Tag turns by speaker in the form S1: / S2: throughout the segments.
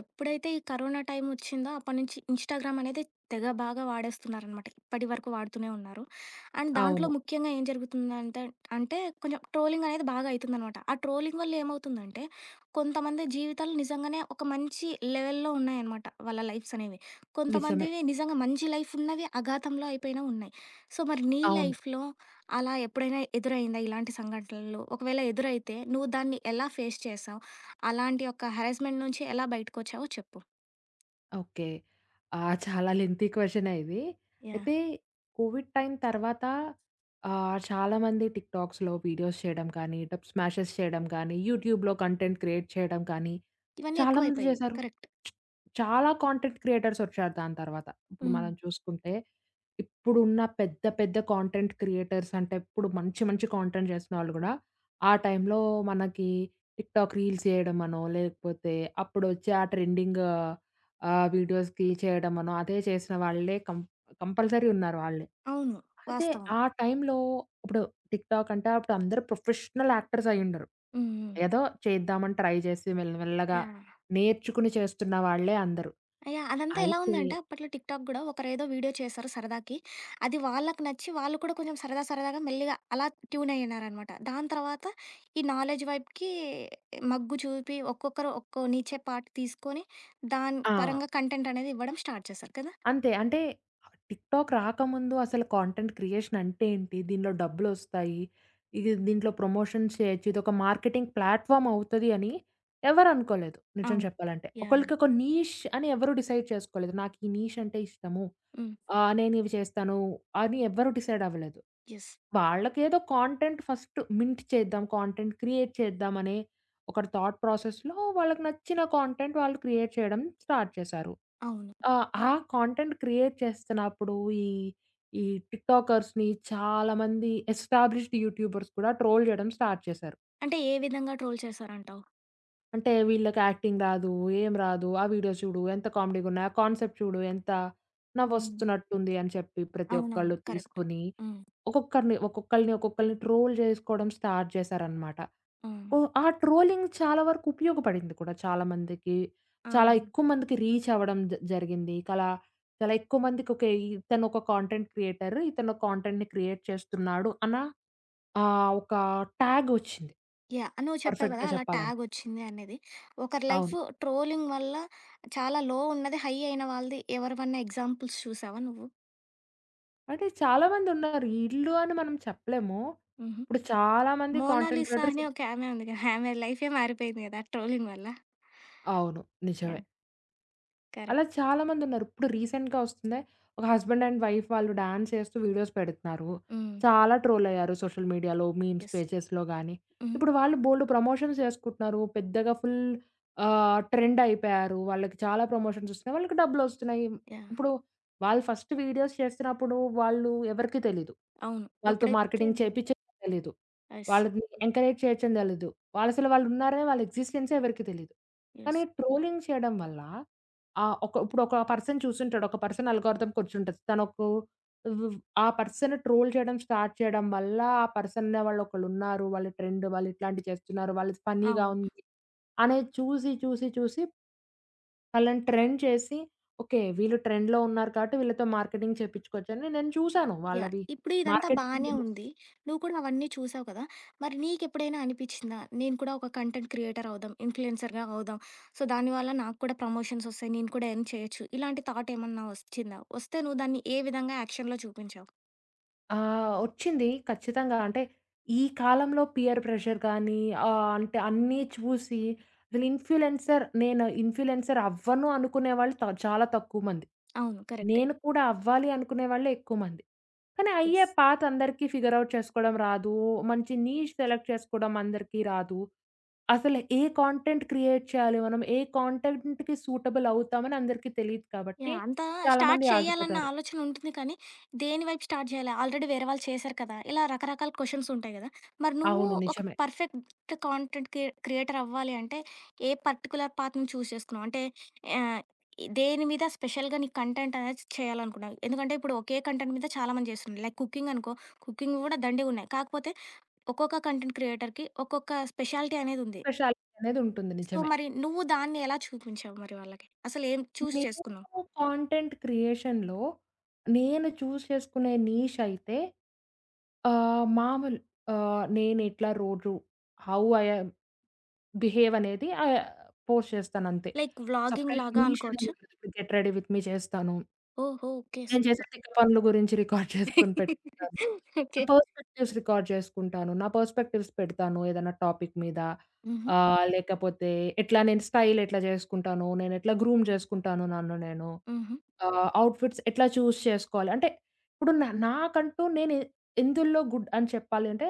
S1: ఎప్పుడైతే ఈ corona time వచ్చిందో అప్పటి నుంచి ఇన్‌స్టాగ్రామ్ అనేది తెగ బాగా వాడేస్తున్నారనమాట. ఇప్పటి వరకు వాడుతూనే ఉన్నారు. అండ్ దాంట్లో
S2: అవును.
S1: ముఖ్యంగా ఏం జరుగుతుందంటే అంటే కొంచెం ట్రోలింగ్ అనేది బాగా అయితుందనమాట. ఆ ట్రోలింగ్ వల్ల ఏమవుతుందంటే కొంతమంది జీవితాలు నిజంగానే ఒక మంచి లెవెల్‌లో ఉన్నాయన్నమాట వాళ్ళ లైఫ్స్ అనేవి.
S2: నిజమే.
S1: కొంతమందివి నిజంగా మంచి లైఫ్ ఉన్నవి అఘాతంలో అయిపోయినవి ఉన్నాయి. సో మరి నీ
S2: అవును.
S1: లైఫ్‌లో అలా ఎప్పుడైనా ఎదురైందా ఇలాంటి సంఘటనలు? ఒకవేళ ఎదురైతే నువ్వు దాన్ని ఎలా ఫేస్ చేసావు? అలాంటి ఒక హెరాస్మెంట్ నుంచి ఎలా బయటకొచ్చావో చెప్పు?
S2: ఓకే. ఆ! చాలా లెంతీ క్వెషనే ఇది.
S1: యాహ్!
S2: అయితే కోవిడ్ టైమ్ తర్వాత చాలామంది టిక్‌టాక్స్‌లో వీడియోస్ చేయడం కానీ, టబ్ స్మాషెస్ చేయడం కానీ, యూట్యూబ్‌లో కంటెంట్ క్రియేట్ చేయడం కానీ
S1: ఇవన్నీ
S2: చాలామంది
S1: ఎక్కువైపోయాయి.
S2: చేశారు.
S1: కరెక్ట్.
S2: చాలా కాంటెంట్ క్రియేటర్స్ వచ్చారు దాని తర్వాత. ఇప్పుడు
S1: హ్మ్.
S2: మనం చూసుకుంటే, ఇప్పుడున్న పెద్ద పెద్ద కాంటెంట్ క్రియేటర్స్ అంటే ఇప్పుడు మంచి మంచి కాంటెంట్ చేస్తున్న వాళ్ళు గూడా, ఆ టైంలో మనకి టిక్‌టాక్ రీల్స్ చేయడమనో, లేకపోతే అప్పుడొచ్చే ఆ ట్రెండింగ్ వీడియోస్‌కి చేయడమనో, అదే చేసిన వాళ్ళే కంపల్సరీ ఉన్నారు వాళ్ళే.
S1: అవును.
S2: అయితే
S1: వాస్తవం.
S2: ఆ టైంలో ఇప్పుడు టిక్‌టాక్ అంటే అప్పుడు అందరూ ప్రొఫెషనల్ యాక్టర్స్ అయ్యుండరు.
S1: హ్మ్. హ్మ్.
S2: ఏదో చేద్దామని ట్రై చేసి మెల్ల మెల్లగా
S1: యాహ్!
S2: నేర్చుకుని చేస్తున్న వాళ్ళే అందరూ.
S1: యాహ్! అదంతా ఎలా
S2: అయితే
S1: ఉందంటే అప్పట్లో టిక్‌టాక్ గూడా ఒకరేదో వీడియో చేశారు సరదాకి. అది వాళ్ళకి నచ్చి వాళ్ళు కూడా కొంచెం సరదా సరదాగా మెల్లిగా అలా ట్యూన్ అయ్యున్నారనమాట. దాని తర్వాత ఈ నాలెడ్జ్ వైపుకి మగ్గు చూపి ఒక్కొక్కరు ఒక్కో నిచ్చే పార్ట్ తీసుకొని దాని
S2: ఆ!
S1: పరంగా కంటెంట్ అనేది ఇవ్వడం స్టార్ట్ చేశారు కదా!
S2: అంతే. అంటే టిక్‌టాక్ రాకముందు అసలు కాంటెంట్ క్రియేషన్ అంటే ఏంటి? దీనిలో డబ్బులొస్తాయి. ఇది దీంట్లో ప్రమోషన్స్ చేయొచ్చు. ఇదొక మార్కెటింగ్ ప్లాట్‌ఫార్మ్ అవుతది అని ఎవరు అనుకోలేదు నిజం
S1: అవును.
S2: చెప్పాలంటే.
S1: యాహ్! యాహ్!
S2: ఒకళ్ళకి ఒక నీష్ అని ఎవరు డిసైడ్ చేసుకోలేదు. నాకు ఈ నీష్ అంటే ఇష్టము.
S1: హ్మ్.
S2: నేనివి చేస్తాను అని ఎవ్వరు డిసైడ్ అవ్వలేదు.
S1: యెస్.
S2: వాళ్ళకేదో కాంటెంట్ ఫస్ట్ మింట్ చేద్దాం, కాంటెంట్ క్రియేట్ చేద్దాం అనే ఒక థాట్ ప్రాసెస్‌లో వాళ్ళకి నచ్చిన కాంటెంట్ వాళ్ళు క్రియేట్ చేయడం స్టార్ట్ చేశారు.
S1: అవును.
S2: ఆ కాంటెంట్ క్రియేట్ చేస్తున్నప్పుడు ఈ, ఈ టిక్‌టాకర్స్‌ని చాలామంది ఎస్టాబ్లిష్డ్ యూట్యూబర్స్ కూడా ట్రోల్ చేయడం స్టార్ట్ చేశారు.
S1: అంటే ఏ విధంగా ట్రోల్ చేశారంటావు?
S2: అంటే వీళ్ళకి యాక్టింగ్ రాదు, ఏం రాదు. ఆ వీడియో చూడు ఎంత కామెడీ‌గున్నాయి. ఆ కాన్సెప్ట్ చూడు ఎంత
S1: హ్మ్.
S2: నవ్వొస్తున్నట్టుంది అని చెప్పి ప్రతి
S1: అవునవును.
S2: ఒక్కళ్ళు
S1: కరెక్ట్.
S2: తీసుకొని
S1: హ్మ్.
S2: ఒక్కొక్కళ్ళని ట్రోల్ జేసుకోవడం స్టార్ట్ చేశారనమాట.
S1: హ్మ్.
S2: ఆ ట్రోలింగ్ చాలా వరకు ఉపయోగపడింది కూడా చాలా మందికి.
S1: ఆ!
S2: చాలా ఎక్కువ మందికి రీచ్ అవ్వడం జరిగింది. చాలా ఎక్కువ మందికి ఓకే. ఇతను ఒక కాంటెంట్ క్రియేటర్. ఇతను కాంటెంట్‌ని క్రియేట్ చేస్తున్నాడు అన్న ఒక ట్యాగొచ్చింది
S1: యాహ్! నువ్వు చెప్పావు కదా!
S2: పర్ఫెక్ట్‌గా
S1: అలా
S2: చెప్పాలంటే.
S1: ట్యాగొచ్చింది అనేది. ఒకరి
S2: అవును.
S1: లైఫు ట్రోలింగ్ వల్ల చాలా లో ఉన్నది, హై అయిన వాళ్ళది ఎవరివన్నా ఎగ్జాంపుల్స్ చూసావా నువ్వు?
S2: అంటే చాలామందున్నారు. ఈళ్ళు అని మనం చెప్పలేము.
S1: హుహు.
S2: ఇప్పుడు చాలామంది కాంటెంట్
S1: 'మోనాలిసా'
S2: క్రియేటర్స్
S1: అని ఒక ఆమె ఉంది కదా! ఆమె లైఫే మారిపోయింది కదా! ట్రోలింగ్ వల్ల.
S2: అవును. నిజమే.
S1: యాహ్!
S2: అలా
S1: కరెక్ట్.
S2: చాలామందున్నారు. ఇప్పుడు రీసెంట్‌గా వస్తుందే ఒక హస్బెండ్ అండ్ వైఫ్ వాళ్ళు డాన్స్ చేస్తూ వీడియోస్ పెడుతున్నారు.
S1: హ్మ్.
S2: చాలా ట్రోలయ్యారు సోషల్ మీడియాలో, మీమ్స్
S1: యెస్.
S2: పేజెస్‌లో గాని.
S1: హ్మ్.
S2: ఇప్పుడు వాళ్ళు బోలెడు ప్రమోషన్స్ చేసుకుంటున్నారు. పెద్దగా ఫుల్ ట్రెండయిపోయారు. వాళ్ళకి చాలా ప్రమోషన్స్ వస్తున్నాయి. వాళ్ళకి డబ్బులొస్తున్నాయి.
S1: యాహ్!
S2: ఇప్పుడు వాళ్ళు ఫస్ట్ వీడియోస్ చేస్తున్నప్పుడు వాళ్ళు ఎవరికీ తెలీదు.
S1: అవును.
S2: వాళ్ళతో
S1: ఎప్పుడైతే
S2: మార్కెటింగ్ చేపిచ్చేదని తెలీదు.
S1: యెస్.
S2: వాళ్ళని ఎంకరేజ్ చేయొచ్చని తెలీదు. వాళ్ళసలు వాళ్ళున్నారని వాళ్ళ ఎగ్జిస్టెన్సే ఎవరికీ తెలీదు. కానీ
S1: యెస్.
S2: ట్రోలింగ్ చేయడం వల్ల ఆ! ఒక ఇప్పుడు ఒక పర్సన్ చూసుంటాడు. ఒక పర్సన్ అల్గోరిథం కూర్చుంటది. తనకు వ్ ఆ పర్సన్ ట్రోల్ చేయడం స్టార్ట్ చేయడం వల్ల, ఆ పర్సన్ అనే వాళ్ళు ఒకళ్ళున్నారు. వాళ్ళు ట్రెండ్ వాళ్ళు ఇట్లాంటివి చేస్తున్నారు. వాళ్ళది ఫన్నీగా
S1: అవును.
S2: ఉంది అనేది చూసి వాళ్ళని ట్రెండ్ చేసి, ఓకే. వీళ్ళు ట్రెండ్‌లో ఉన్నారు కాబట్టి వీళ్ళతో మార్కెటింగ్ చేపించుకోవచ్చని నేను చూసాను
S1: యాహ్!
S2: వాళ్ళవి
S1: ఇప్పుడు ఇదంతా
S2: మార్కెటింగ్
S1: బానే
S2: వీడియోస్.
S1: ఉంది. నువ్వు కూడా అవన్నీ చూసావు కదా! మరి నీకెప్పుడైనా అనిపిచ్చిందా? నేను కూడా ఒక కంటెంట్ క్రియేటర్ అవుదాం, ఇన్‌ఫ్లుయెన్సర్‌గా అవుదాం. సో, దానివల్ల నాకు కూడా ప్రమోషన్స్ వస్తాయి. నేను కూడా ఎర్న్ చేయొచ్చు. ఇలాంటి థాట్ ఏమన్నా వచ్చిందా? వస్తే నువ్వు దాన్ని ఏ విధంగా యాక్షన్‌లో చూపించావు?
S2: ఆ! ఒచ్చింది. ఖచ్చితంగా. అంటే, ఈ కాలంలో పీర్ ప్రెషర్ కానీ, అంటే అన్నీ చూసి అసలు ఇన్‌ఫ్లుయెన్సర్ నేను ఇన్‌ఫ్లుయెన్సర్ అవ్వను అనుకునే వాళ్ళు చాలా తక్కువ మంది.
S1: అవును. కరెక్టే.
S2: నేను కూడా అవ్వాలి అనుకునే వాళ్ళే ఎక్కువ మంది. కానీ అయ్యే
S1: యెస్.
S2: పాత్ అందరికీ ఫిగర్ ఔట్ చేసుకోవడం రాదు. మంచి నీష్ సెలెక్ట్ చేసుకోవడం అందరికీ రాదు. అసలు ఏ కాంటెంట్ క్రియేట్ చేయాలి మనం, ఏ కాంటెంట్‌కి సూటబుల్ అవుతామని అందరికీ తెలీదు కాబట్టి
S1: యాహ్! అంతా స్టార్ట్
S2: చాలామంది
S1: చేయాలన్న
S2: ఆగిపోతారు.
S1: ఆలోచన ఉంటుంది కానీ, దేని వైపు స్టార్ట్ చేయాలి? ఆల్రెడీ వేరే వాళ్ళు చేశారు కదా! ఇలా రకరకాల క్వెషన్స్ ఉంటాయి కదా! మరి నువ్వు
S2: అవును.
S1: అవును. ఒక
S2: నిజమే.
S1: పర్ఫెక్ట్ కాంటెంట్ క్రియేటర్ అవ్వాలి అంటే, ఏ పర్టిక్యులర్ పాత్‌ని చూజ్ చేసుకున్నావు? అంటే ఆహ్, దేని మీద స్పెషల్‌గా నీ కంటెంట్ అనేది చేయాలనుకున్నావు? ఎందుకంటే, ఇప్పుడు ఒకే కంటెంట్ మీద చాలామంది చేస్తున్నారు. లైక్ కుకింగ్ అనుకో, కుకింగ్ కూడా దండిగున్నాయి. కాకపోతే ఒక్కొక్క కంటెంట్ క్రియేటర్‌కి ఒక్కొక్క స్పెషాలిటీ అనేది ఉంది.
S2: స్పెషాలిటీ అనేది ఉంటుంది.
S1: సో,
S2: నిజమే.
S1: మరి నువ్వు దాన్ని ఎలా చూపించావు మరి వాళ్ళకి? అసలు ఏం చూజ్ చేసుకున్నావు?
S2: నేను కాంటెంట్ క్రియేషన్‌లో నేను చూజ్ చేసుకునే నీష్ అయితే మామూలు నేనెట్లా రోజు హౌ ఐ యామ్ బిహేవ్ అనేది పోస్ట్ చేస్తానంతే.
S1: లైక్ వ్లాగింగ్
S2: సెపరేట్
S1: లాగా
S2: నీష్ అనేది
S1: అనుకోవచ్చా?
S2: ఉండదు. ఇప్పుడు గెట్ రెడీ విత్ మీ చేస్తాను.
S1: ఓహో! ఓకే.
S2: నేను చేసే
S1: సూపర్.
S2: తిక్క పనుల గురించి రికార్డ్ చేసుకొని పెట్టుకుంటాను. నా
S1: ఓకే.
S2: పర్స్‌పెక్టివ్స్ రికార్డ్ చేసుకుంటాను. నా పర్స్‌పెక్టివ్స్ పెడతాను ఏదైనా టాపిక్ మీద.
S1: హుహు.
S2: లేకపోతే ఎట్లా నేను స్టైల్ ఎట్లా చేసుకుంటాను, నేనెట్లా గ్రూమ్ చేసుకుంటాను నన్ను నేను.
S1: హుహు.
S2: అవుట్‌ఫిట్స్ ఎట్లా చూజ్ చేసుకోవాలి. అంటే ఇప్పుడు నాకంటూ నేను ఎందులో గుడ్ అని చెప్పాలి అంటే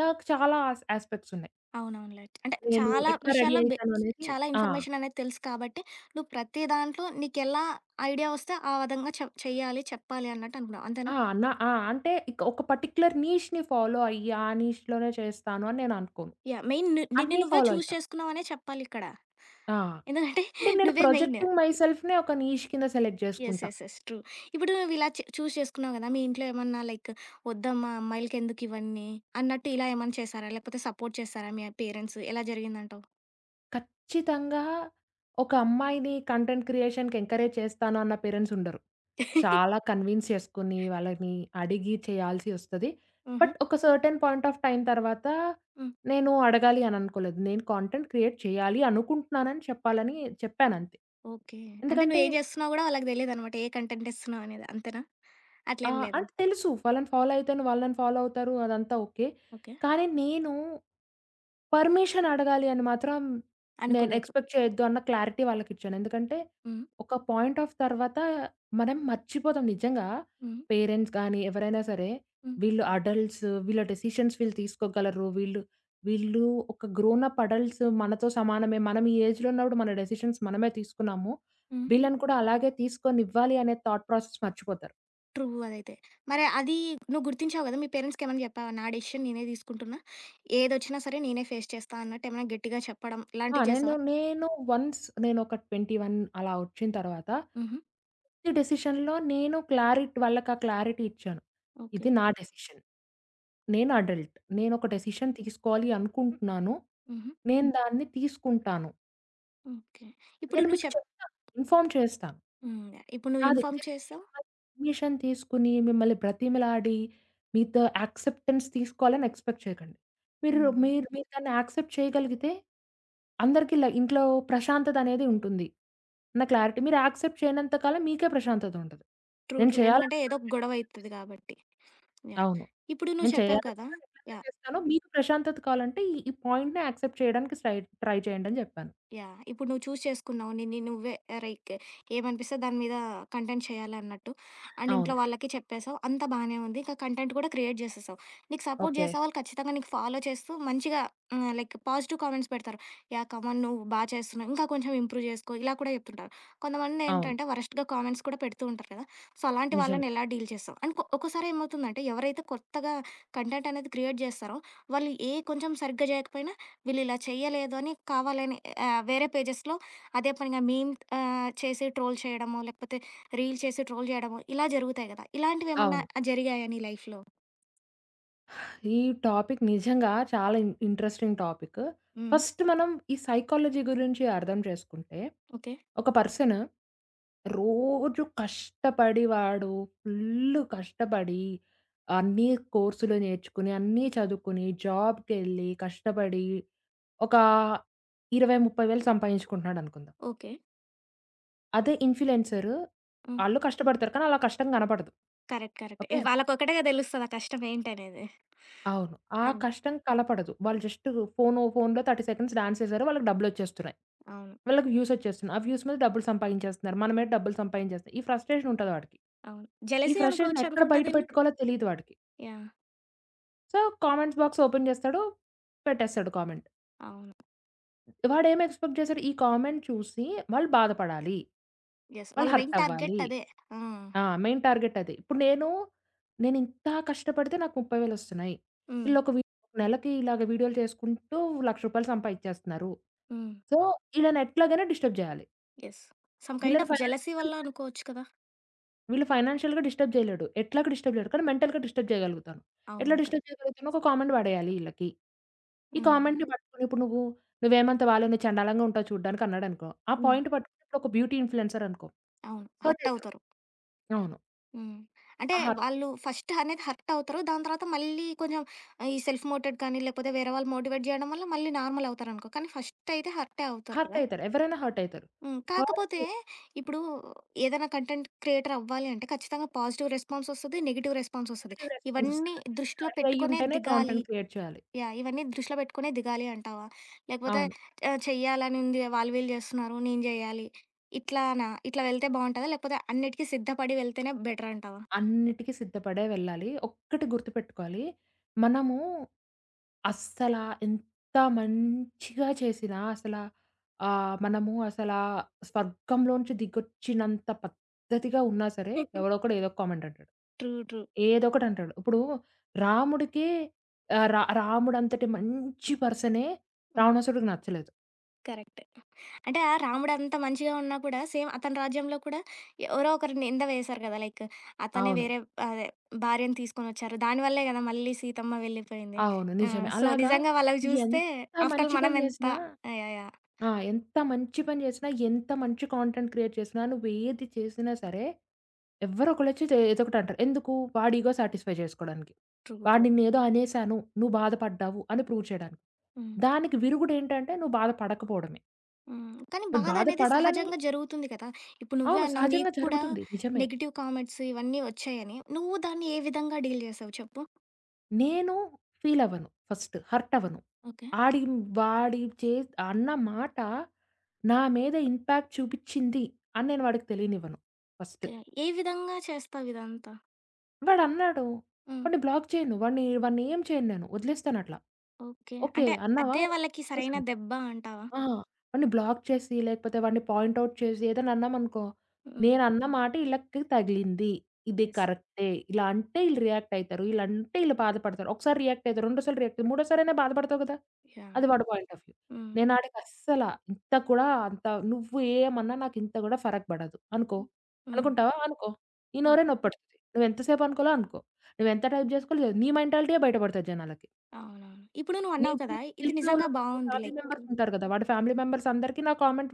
S2: నాకు చాలా యాస్పెక్ట్స్ ఉన్నాయి.
S1: అవునవును. లైట్ అంటే
S2: నేను
S1: చాలా
S2: ఎట్లా రెడీ
S1: విషయాల్లో
S2: అయితాననేది
S1: చాలా
S2: ఆ!
S1: ఇన్ఫర్మేషన్ అనేది తెలుసు కాబట్టి, నువ్వు ప్రతి దాంట్లో నీకెలా ఐడియా వస్తే ఆ విధంగా చెయ్యాలి, చెప్పాలి అన్నట్టు అనుకున్నావు. అంతేనా?
S2: ఆ! నా ఆ! అంటే ఇక ఒక పర్టిక్యులర్ నీష్‌ని ఫాలో అయ్యి, ఆ నీష్‌లోనే చేస్తాను అని నేను అనుకోను.
S1: యాహ్! మెయిన్ నిన్ను
S2: అన్నీ
S1: నువ్వే
S2: ఫాలో
S1: చూజ్
S2: అయితా.
S1: చేసుకున్నావనే చెప్పాలిక్కడ.
S2: ఆ!
S1: ఎందుకంటే
S2: అంటే నేను
S1: నువ్వే మెయిన్.
S2: ప్రొజెక్టింగ్ మై సెల్ఫ్‌నే ఒక నీష్ కింద సెలెక్ట్
S1: యెస్.
S2: చేసుకుంటా.
S1: యెస్. యెస్. ట్రూ. ఇప్పుడు నువ్విలా చూజ్ చేసుకున్నావు గదా! మీ ఇంట్లో ఏమన్నా లైక్ "వద్దమ్మా అమ్మాయిలకెందుకివన్నీ" అన్నట్టు ఇలా ఏమన్నా చేశారా? లేకపోతే సపోర్ట్ చేశారా మీ పేరెంట్స్? ఎలా జరిగిందంటావు?
S2: ఖచ్చితంగా ఒక అమ్మాయిని కంటెంట్ క్రియేషన్‌కి ఎంకరేజ్ చేస్తాను అన్న పేరెంట్స్ ఉండరు. చాలా కన్విన్స్ చేసుకొని, వాళ్ళని అడిగి చేయాల్సి వస్తది.
S1: హుహు.
S2: బట్ ఒక సర్టెన్ పాయింట్ ఆఫ్ టైమ్ తర్వాత
S1: హ్మ్.
S2: నేను అడగాలి అని అనుకోలేదు. నేను కంటెంట్ క్రియేట్ చేయాలి అనుకుంటున్నానని చెప్పాలని చెప్పానంతే.
S1: ఓకే. అంటే
S2: ఎందుకంటే
S1: నువ్వేం జేస్తున్నావో గూడా వాళ్ళకి తెలీదనమాట. ఏ కంటెంట్ ఇస్తున్నావు అనేది. అంతేనా?
S2: ఆ!
S1: అట్లేం లేదా?
S2: అంటే తెలుసు. వాళ్ళని ఫాలో అయితేనే వాళ్ళు నన్ను ఫాలో అవుతారు. అదంతా ఓకే.
S1: ఓకే.
S2: కానీ నేను పర్మిషన్ అడగాలి అని మాత్రం నేను
S1: అనుకోలేదు.
S2: ఎక్స్‌పెక్ట్ చేయొద్దు అన్న క్లారిటీ వాళ్ళకిచ్చాను. ఎందుకంటే
S1: హ్మ్.
S2: ఒక పాయింట్ ఆఫ్ తర్వాత మనం మర్చిపోతాం నిజంగా.
S1: హ్మ్.
S2: పేరెంట్స్ గానీ, ఎవరైనా సరే
S1: హ్మ్.
S2: వీళ్ళు అడల్ట్స్, వీళ్ళ డెసిషన్స్ వీళ్ళు తీసుకోగలరు. వీళ్ళు వీళ్ళు ఒక గ్రోన్ అప్ అడల్ట్స్ మనతో సమానమే. మనం ఈ ఏజ్‌లో ఉన్నప్పుడు మన డెసిషన్స్ మనమే తీసుకున్నాము.
S1: హుహు.
S2: వీళ్ళని కూడా అలాగే తీసుకొనివ్వాలి అనే థాట్ ప్రాసెస్ మర్చిపోతారు.
S1: ట్రూ అదైతే. మరి అది నువ్వు గుర్తించావు గదా! మీ పేరెంట్స్‌కేమన్నా జెప్పావా? "నా డెసిషన్ నేనే తీసుకుంటున్నా. ఏదొచ్చినా సరే నేనే ఫేస్ చేస్తా" అన్నట్టేమన్నా గట్టిగా చెప్పడం ఇలాంటివి చేసావా?
S2: నేను వన్స్ నేనొక 21 అలా వచ్చిన తర్వాత,
S1: హుహు.
S2: ప్రతి డెసిషన్‌లో నేను క్లారిట్ వాళ్ళకి ఆ క్లారిటీ ఇచ్చాను.
S1: ఓకే.
S2: ఇది నా డెసిషన్. నేను అడల్ట్. నేనొక డెసిషన్ తీసుకోవాలి అనుకుంటున్నాను.
S1: హుహు.
S2: నేను దాన్ని తీసుకుంటాను.
S1: ఓకే. ఇప్పుడు
S2: నేను
S1: నువ్వు
S2: మీకు చెప్తాను. ఇన్ఫార్మ్ చేస్తాను.
S1: హ్మ్. ఇప్పుడు
S2: నా
S1: నువ్వు ఇన్ఫార్మ్
S2: దగ్గర నుంచి
S1: చేసావు.
S2: మిమ్మల్ని పర్మిషన్ తీసుకొని, మిమ్మల్ని బ్రతిమిలాడి, మీతో యాక్సెప్టెన్స్ తీసుకోవాలని ఎక్స్‌పెక్ట్ చేయకండి. మీరు
S1: హ్మ్.
S2: మీరు మీరు దాన్ని యాక్సెప్ట్ చేయగలిగితే, అందరికీ ఇంట్లో ప్రశాంతత అనేది ఉంటుంది. అన్న క్లారిటీ. మీరు యాక్సెప్ట్ చేయనంత కాలం మీకే ప్రశాంతత ఉండదు.
S1: ట్రూ.
S2: నేను
S1: ట్రూ. ఎందుకంటే ఏదో
S2: చేయాలనుకున్నది
S1: ఒక గొడవ
S2: ఎట్లైనా
S1: అయితది
S2: చేస్తాను.
S1: కాబట్టి. యాహ్!
S2: అవును.
S1: ఇప్పుడు నువ్వు
S2: నేను
S1: చెప్పావు కదా!
S2: చేయాలనుకున్నది ఎట్లైనా
S1: యాహ్!
S2: చేస్తాను. మీకు ప్రశాంతత కావాలంటే ఈ ఈ పాయింట్‌ని యాక్సెప్ట్ చేయడానికి ట్రై చేయండి అని చెప్పాను.
S1: యాహ్! ఇప్పుడు నువ్వు చూజ్ చేసుకున్నావు. నిన్ని నువ్వే లైక్ ఏమనిపిస్తే దాని మీద కంటెంట్ చేయాలన్నట్టు. అండ్ ఇంట్లో
S2: అవును.
S1: వాళ్ళకి చెప్పేసావు. అంతా బానే ఉంది. ఇక కంటెంట్ కూడా క్రియేట్ చేసేసావు. నీకు సపోర్ట్
S2: ఓకే.
S1: చేసే వాళ్ళు ఖచ్చితంగా నీకు ఫాలో చేస్తూ మంచిగా హ్మ్. లైక్ పాజిటివ్ కామెంట్స్ పెడతారు. యాహ్! కమాన్ నువ్వు బా చేస్తున్నావు. ఇంకా కొంచెం ఇంప్రూవ్ చేసుకో. ఇలా కూడా చెప్తుంటారు.
S2: అవును.
S1: కొంతమందేంటంటే వరస్ట్‌గా కామెంట్స్ కూడా పెడుతూ ఉంటారు కదా! సో, అలాంటి
S2: నిజమే.
S1: వాళ్ళని ఎలా డీల్ చేస్తావు? అండ్ ఒక్కోసారి ఏమవుతుందంటే ఎవరైతే కొత్తగా కంటెంట్ అనేది క్రియేట్ చేస్తారో వాళ్ళు ఏ కొంచెం సరిగ్గా చేయకపోయినా వీళ్ళిలా చెయ్యలేదు అని కావాలని వేరే పేజెస్‌లో అదే పనిగా మీమ్ చేసి ట్రోల్ చేయడము, లేకపోతే రీల్ చేసి ట్రోల్ చేయడము, ఇలా జరుగుతాయి గదా! ఇలాంటివేమన్నా
S2: అవును.
S1: జరిగాయా నీ లైఫ్‌లో?
S2: ఈ టాపిక్ నిజంగా చాలా ఇంట్రెస్టింగ్ టాపిక్.
S1: హ్మ్.
S2: ఫస్ట్ మనం ఈ సైకాలజీ గురించి అర్థం చేసుకుంటే,
S1: ఓకే.
S2: ఒక పర్సన్ రోజు కష్టపడి వాడు ఫుల్లు కష్టపడి అన్నీ కోర్సులు నేర్చుకుని, అన్నీ చదువుకుని, జాబ్‌కెళ్ళి కష్టపడి ఒక 20, 30 వేలు సంపాదించుకుంటున్నాడనుకుందాం.
S1: ఓకే.
S2: అదే ఇన్‌ఫ్లుయెన్సర్
S1: హ్మ్.
S2: ఆళ్ళు కష్టపడతారు. కానీ అలా కష్టం కనపడదు.
S1: కరెక్ట్. కరెక్ట్.
S2: ఓకే.
S1: వాళ్ళకొక్కటేగా తెలుస్తది ఆ కష్టం ఏంటనేది.
S2: అవును. ఆ
S1: ఆ!
S2: కష్టం కలపడదు. వాళ్ళు జస్ట్ ఫోనులో 30 సెకండ్స్ డాన్స్ చేశారు. వాళ్ళకి డబ్బులొచ్చేస్తున్నాయి.
S1: అవును.
S2: వీళ్ళకి వ్యూసొచ్చేస్తున్నాయి. ఆ వ్యూస్ మీద డబ్బులు సంపాదించేస్తున్నారు. మన మీద డబ్బులు సంపాదించేస్తున్నారు. ఈ ఫ్రస్ట్రేషన్ ఉంటది వాడికి.
S1: అవును.
S2: ఈ
S1: జెలసీ
S2: ఫ్రస్ట్రేషన్ ఎక్కడ
S1: అనుకోవచ్చనుకుంటా
S2: బయట
S1: దీన్ని.
S2: పెట్టుకోవాలో తెలీదు వాడికి.
S1: Yeah!
S2: So, comments box open చేస్తాడు. పెట్టేస్తాడు కామెంట్.
S1: అవును.
S2: వాడేం ఎక్స్‌పెక్ట్ చేశాడు? ఈ కామెంట్ చూసి వాళ్ళు బాధపడాలి.
S1: యెస్.
S2: వాళ్ళు
S1: వాళ్ళ
S2: హర్ట్
S1: మెయిన్
S2: అవ్వాలి.
S1: టార్గెట్ అదే. ఆ!
S2: మెయిన్ టార్గెట్ అది. నేనింత కష్టపడితే నాకు 30,000 ఒస్తున్నాయి.
S1: హ్మ్.
S2: ఈళ్ళొక వి నెలకి ఇలాగ వీడియోలు చేసుకుంటూ ₹1,00,000 సంపాదించేస్తున్నారు.
S1: హ్మ్.
S2: సో, ఈళ్ళని ఎట్లాగైనా డిస్టర్బ్ జేయాలి.
S1: యెస్. సమ్ కైండ్
S2: వీళ్ళని
S1: ఆఫ్ జెలసీ
S2: ఫైనాన్షియల్‌గా
S1: వల్ల
S2: డిస్టర్బ్
S1: అనుకోవచ్చు కదా!
S2: వీళ్ళు ఫైనాన్షియల్‌గా డిస్టర్బ్ జేయలేడు. ఎట్లాగో డిస్టర్బ్ జేయడు. కానీ మెంటల్‌గా డిస్టర్బ్ జేయగలుగుతాను. ఎట్లా
S1: అవును.
S2: డిస్టర్బ్ జేయగలుగుతాను? ఒక కామెంట్ పడేయాలి ఈళ్ళకి. ఈ
S1: హ్మ్.
S2: కామెంట్‌ని పట్టుకొని ఇప్పుడు నువ్వు "నువ్వేమంత బాలేవు. నువ్వు చండాలంగా ఉంటావు చూడ్డానికి" అన్నాడనుకో. ఆ
S1: హ్మ్.
S2: పాయింట్ పట్టుకొని ఇప్పుడు ఒక బ్యూటీ ఇన్‌ఫ్లుయెన్సర్ అనుకో.
S1: అవును.
S2: హర్ట్
S1: హర్ట్
S2: అయితరు.
S1: అవుతారు.
S2: అవును.
S1: హ్మ్. అంటే
S2: ఆ హర్ట్
S1: వాళ్ళు ఫస్ట్ అనేది హర్ట్ అవుతారు. దాని తర్వాత మళ్ళీ కొంచెం ఆ, ఈ సెల్ఫ్ మోటివేట్ కానీ, లేకపోతే వేరే వాళ్ళు మోటివేట్ జేయడం వల్ల మళ్ళీ నార్మల్ అవుతారనుకో. కానీ ఫస్ట్ అయితే హర్టే అవుతారు కదా!
S2: హర్టయితారు. ఎవరైనా హర్టయితారు.
S1: హ్మ్. కాకపోతే
S2: హర్ట్
S1: ఇప్పుడు ఏదైనా కంటెంట్ క్రియేటర్ అవ్వాలి అంటే ఖచ్చితంగా పాజిటివ్ రెస్పాన్స్ ఒస్తది. నెగెటివ్ రెస్పాన్స్ ఒస్తది.
S2: నెగెటివ్ రెస్పాన్స్
S1: ఇవన్నీ
S2: వస్తారు. అన్నిటికి
S1: దృష్టిలో
S2: రెడీ
S1: పెట్టుకునే
S2: అయ్యుంటేనే
S1: దిగాలి.
S2: కాంటెంట్ క్రియేట్ చేయాలి.
S1: యాహ్! ఇవన్నీ దృష్టిలో పెట్టుకునే దిగాలి అంటావా? లేకపోతే
S2: అవును.
S1: చెయ్యాలని ఉంది. వాళ్ళు వీళ్ళు జేస్తున్నారు. నేను జేయాలి. ఇట్లానా? ఇట్లా వెళ్తే బావుంటదా? లేకపోతే అన్నిటికి సిద్ధపడి వెళ్తేనే బెటర్ అంటావా?
S2: అన్నిటికి సిద్ధపడే వెళ్ళాలి. ఒక్కటి గుర్తుపెట్టుకోవాలి. మనము అస్సల ఎంత మంచిగా చేసినా అసల మనము అసలా స్వర్గంలోంచి దిగొచ్చినంత పద్ధతిగా ఉన్నా సరే ఎవడో ఒకడు ఏదో ఒక కామెంట్ అంటాడు.
S1: ట్రూ. ట్రూ.
S2: ఏదో ఒకటి అంటాడు. ఇప్పుడు రాముడికి ఆహ్, రా రాముడంతటి మంచి పర్సనే
S1: హ్మ్.
S2: రావణాసుడికి నచ్చలేదు.
S1: కరెక్ట్. అంటే ఆ రాముడు అంత మంచిగా ఉన్నా కూడా సేమ్ అతని రాజ్యంలో కూడా ఎవరో ఒకరు నింద వేశారు కదా! లైక్ అతనే
S2: అవును.
S1: వేరే అదే భార్యను తీసుకొనొచ్చారు. దానివల్లే కదా మళ్ళీ సీతమ్మ వెళ్ళిపోయింది.
S2: అవును.
S1: ఆ!
S2: నిజమే.
S1: సో,
S2: అలాగా
S1: నిజంగా వాళ్ళవి చూస్తే
S2: ఎంత
S1: ఆఫ్టర్ ఆల్
S2: మంచి పని
S1: మనం ఎంత
S2: జేసినా
S1: యాహ్! యాహ్!
S2: ఎంత మంచి పని జేసినా, ఎంత మంచి కాంటెంట్ క్రియేట్ చేసినా, నువ్వేది చేసినా సరే, ఎవ్వరో ఒకళ్ళొచ్చి ఏదో ఒకటి అంటారు. ఎందుకు? వాడి ఇగో సాటిస్ఫై చేసుకోడానికి.
S1: ట్రూ.
S2: వాడు
S1: ట్రూ.
S2: నిన్నేదో అనేసాను, నువ్వు బాధపడ్డావు అని ప్రూవ్ చేయడానికి.
S1: హ్మ్.
S2: దానికి విరుగుడేంటంటే, నువ్వు బాధపడకపోవడమే.
S1: హ్మ్. కానీ
S2: నువ్వు
S1: బాధ అనేది
S2: బాధపడాలని
S1: సహజంగా జరుగుతుంది కదా! ఇప్పుడు నువ్వే
S2: అవును.
S1: అన్నావు
S2: సహజంగా
S1: నీకు కూడా
S2: జరుగుతుంది. నిజమే.
S1: నెగెటివ్ కామెంట్స్ ఇవన్నీ వచ్చాయని. నువ్వు దాన్ని ఏ విధంగా డీల్ చేసావు చెప్పు?
S2: నేను ఫీలవ్వను ఫస్ట్. హర్టవ్వను.
S1: ఓకే.
S2: ఆడి వాడి చే అన్న మాట నా మీద ఇంపాక్ట్ చూపిచ్చింది అని నేను వాడికి తెలియనివ్వను ఫస్ట్.
S1: ఓకే. ఏ విధంగా చేస్తావు ఇదంతా?
S2: వాడన్నాడు
S1: హ్మ్.
S2: వాడిని బ్లాక్ చేయను. వాడినేం చేయను నేను. వదిలేస్తానట్లా.
S1: ఓకే.
S2: ఓకే.
S1: అంటే
S2: అన్నావా?
S1: అదే వాళ్ళకి సరైన దెబ్బ అంటావా?
S2: ఆ! వాడిని బ్లాక్ చేసి, లేకపోతే వాడిని పాయింట్ ఔట్ చేసి ఏదైనా అన్నామనుకో,
S1: హ్మ్.
S2: నేనన్న మాట ఈళ్ళకి తగిలింది. ఇది
S1: యెస్.
S2: కరెక్టే. ఇలా అంటే ఈళ్ళు రియాక్ట్ అయితారు. ఇలా అంటే ఈళ్ళు బాధపడతారు. ఒకసారి రియాక్ట్ అయితారు. రెండోసారి రియాక్ట్ అయి మూడోసారైనా బాధపడతావు కదా!
S1: యాహ్!
S2: అది వాడి పాయింట్ ఆఫ్ వ్యూ.
S1: హ్మ్.
S2: నేను ఆడికి అస్సల ఇంత కూడా అంత నువ్వు ఏమన్నా నాకింత కూడా ఫరక్ పడదు అనుకో.
S1: హ్మ్.
S2: అనుకుంటావా? అనుకో. నీ నోరే
S1: ఓహ్!
S2: నొప్పి పడుతది. నువ్వెంత సేపు అనుకోవాలో అనుకో. నువ్వెంత టైప్ చేసుకోవాలో నీ మెంటాలిటీయే బయట పడతది జనాలకి.
S1: అవునవును. ఇప్పుడు
S2: నీ
S1: నువ్వన్నావు
S2: ఇప్పుడు
S1: కదా!
S2: నీకు
S1: ఇది నిజంగా
S2: తెలిసినోళ్ళుంటారు.
S1: బావుంది
S2: ఫ్యామిలీ
S1: లైక్
S2: మెంబర్స్ ఉంటారు కదా! వాడి ఫ్యామిలీ మెంబర్స్ అందరికీ నా కామెంట్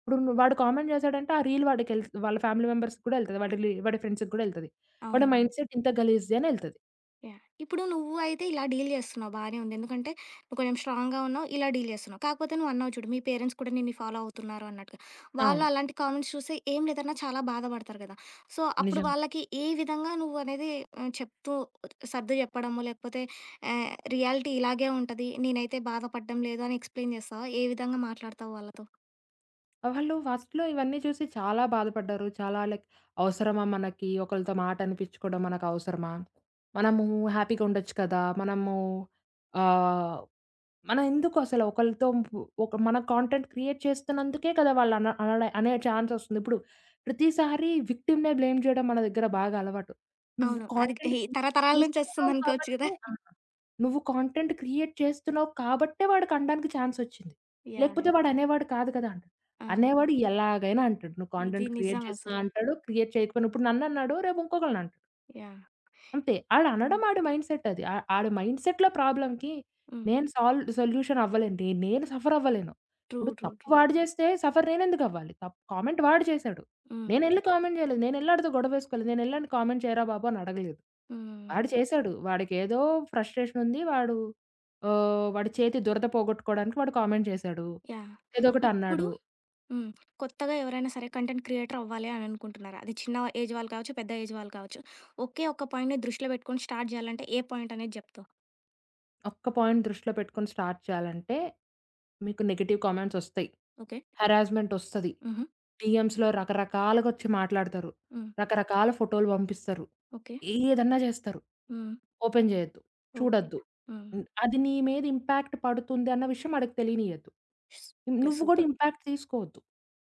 S2: ఇప్పుడు ను వాడు కామెంట్ చేసాడంటే ఆ రీల్ వాళ్ళ ఫ్యామిలీ మెంబర్స్‌కి కూడా ఎళ్తది. వాడి ఫ్రెండ్స్‌కి కూడా ఎళ్తది. వాడి
S1: అవునవును.
S2: మైండ్ సెట్ ఇంత గలీజ్‌ది అని ఎళ్తది.
S1: యాహ్! ఇప్పుడు నువ్వు అయితే ఇలా డీల్ చేస్తున్నావు బానే ఉంది. ఎందుకంటే నువ్వు కొంచెం స్ట్రాంగ్‌గా ఉన్నావు, ఇలా డీల్ చేస్తున్నావు. కాకపోతే నువ్వు అన్నావు చూడు, మీ పేరెంట్స్ కూడా నిన్ను ఫాలో అవుతున్నారు అన్నట్టుగా. వాళ్ళు
S2: అవును.
S1: అలాంటి కామెంట్స్ చూసి ఏం లేదన్నా చాలా బాధపడతారు కదా! సో, అప్పుడు
S2: నిజమే.
S1: వాళ్ళకి ఏ విధంగా నువ్వు అనేది చెప్తూ సర్ది చెప్పడము, లేకపోతే రియాలిటీ ఇలాగే ఉంటది. నేనైతే బాధపడడం లేదు అని ఎక్స్‌ప్లెయిన్ చేస్తావా? ఏ విధంగా మాట్లాడతావు వాళ్ళతో?
S2: వాళ్ళు ఫస్ట్‌లో ఇవన్నీ చూసి చాలా బాధపడ్డారు. చాలా లైక్ అవసరమా మనకి ఒకళ్ళతో మాట అనిపించుకోవడం మనకు అవసరమా? మనము హ్యాపీగా ఉండొచ్చు కదా! మనము ఆహ్ మనం ఎందుకు అసలు ఒకళ్ళతో ఒక మన కాంటెంట్ క్రియేట్ చేస్తున్నందుకే కదా వాళ్ళు అన అన అనే ఛాన్స్ వస్తుంది. ఇప్పుడు ప్రతిసారి విక్టిమ్‌నే బ్లేమ్ చేయడం మన దగ్గర బాగా అలవాటు. నువ్వు
S1: అవును. అది
S2: కాంటెంట్
S1: ఈ
S2: క్రియేట్
S1: తరతరాల నుంచి
S2: చేస్తున్నావు
S1: వస్తుందనుకోవచ్చు కదా!
S2: కాబట్టి ఆ! నువ్వు కాంటెంట్ క్రియేట్ చేస్తున్నావు కాబట్టే వాడికి అనడానికి ఛాన్స్ వచ్చింది.
S1: యాహ్! యాహ్!
S2: లేకపోతే వాడు అనేవాడు కాదు కదా! అంటాడు.
S1: ఆ!
S2: అనేవాడు ఎలాగైనా అంటాడు. నువ్వు
S1: ఇది
S2: కాంటెంట్ క్రియేట్
S1: నిజం
S2: చేసినా
S1: అసల.
S2: అంటాడు, క్రియేట్ చేయకపోయినా ఇప్పుడు నన్నన్నాడు రేపు ఇంకొకళ్ళని అంటాడు.
S1: యాహ్!
S2: అంతే.
S1: హ్మ్.
S2: ఆడనడం ఆడి మైండ్‌సెట్ అది. ఆడి మైండ్‌సెట్‌లో ప్రాబ్లమ్‌కి
S1: హ్మ్.
S2: నేను సొల్యూషన్ అవ్వలేను. నేను సఫర్ అవ్వలేను.
S1: ట్రూ.
S2: ఇప్పుడు
S1: ట్రూ.
S2: తప్పు
S1: ట్రూ.
S2: వాడు చేస్తే సఫర్ నేనెందుకు అవ్వాలి? తప్పు కామెంట్ వాడు చేశాడు.
S1: హ్మ్.
S2: నేనెళ్లి కామెంట్ చేయలేదు. నేనెళ్లి ఆడితో గొడవేసుకోలేదు. నేనెళ్లి ఆడిని కామెంట్ చేయరా బాబు అని అడగలేదు.
S1: హ్మ్.
S2: వాడు చేశాడు. వాడికేదో ఫ్రస్ట్రేషన్ ఉంది. వాడు వాడి చేతి దురద పోగొట్టుకోవడానికి వాడు కామెంట్ చేశాడు.
S1: యాహ్!
S2: ఏదో ఒకటి
S1: ఇప్పుడు
S2: అన్నాడు.
S1: హ్మ్. కొత్తగా ఎవరైనా సరే కంటెంట్ క్రియేటర్ అవ్వాలి అని అనుకుంటున్నారు. అది చిన్న ఏజ్ వాళ్ళు కావచ్చు, పెద్ద ఏజ్ వాళ్ళు కావచ్చు. ఒకే ఒక్క పాయింట్‌ని దృష్టిలో పెట్టుకొని స్టార్ట్ చేయాలంటే ఏ పాయింట్ అనేది చెప్తావు?
S2: ఒక్క పాయింట్ దృష్టిలో పెట్టుకొని స్టార్ట్ చేయాలంటే, మీకు నెగెటివ్ కామెంట్స్ ఒస్తాయి.
S1: ఓకే.
S2: హెరాస్మెంట్ ఒస్తది.
S1: హుహు.
S2: డీఎమ్స్‌లో రకరకాలుగా ఒచ్చి మాట్లాడతారు.
S1: హ్మ్.
S2: రకరకాల ఫోటోలు పంపిస్తారు.
S1: ఓకే.
S2: ఏదన్నా జేస్తారు.
S1: హ్మ్.
S2: ఓపెన్ జేయొద్దు.
S1: ఓకే.
S2: చూడొద్దు.
S1: హ్మ్.
S2: అది నీ మీద ఇంపాక్ట్ పడుతుంది అన్న విషయం ఆడికి తెలీనియొద్దు.
S1: స్ ఓకే.
S2: నువ్వు గూడా
S1: సూపర్.
S2: ఇంపాక్ట్ తీసుకోవద్దు.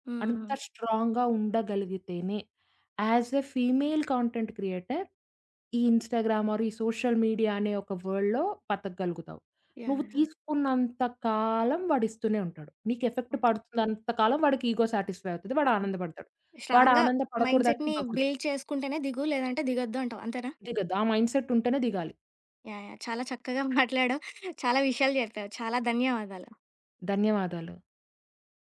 S1: హ్మ్.
S2: అంత
S1: హ్మ్.
S2: స్ట్రాంగ్‌గా ఉండగలిగితేనే as a female content creator ఈ ఇన్‌స్టాగ్రామ్ ఆర్ ఈ సోషల్ మీడియా అనే ఒక వరల్డ్‌లో బతకగలుగుతావు. నువ్వు
S1: యాహ్! యాహ్!
S2: తీసుకున్నంత కాలం వాడిస్తూనే ఉంటాడు. నీకు ఎఫెక్ట్
S1: ఓకే.
S2: పడుతున్నంత కాలం వాడికి ఈగో సాటిస్ఫై అవుతది. వాడు
S1: హ్మ్.
S2: ఆనందపడతాడు. వాడు
S1: స్ట్రాంగ్‌గా
S2: ఆనందపడకూడదంటే
S1: మైండ్‌సెట్‌ని
S2: ఇవ్వకూడదు.
S1: బిల్డ్ చేసుకుంటేనే దిగు, లేదంటే దిగొద్దు అంటావు. అంతేనా?
S2: దిగద్దు. ఆ మైండ్‌సెట్ ఉంటేనే దిగాలి.
S1: యాహ్! యాహ్! చాలా చక్కగా మాట్లాడావు. చాలా విషయాలు చెప్పావు. చాలా ధన్యవాదాలు.
S2: ధన్యవాదాలు.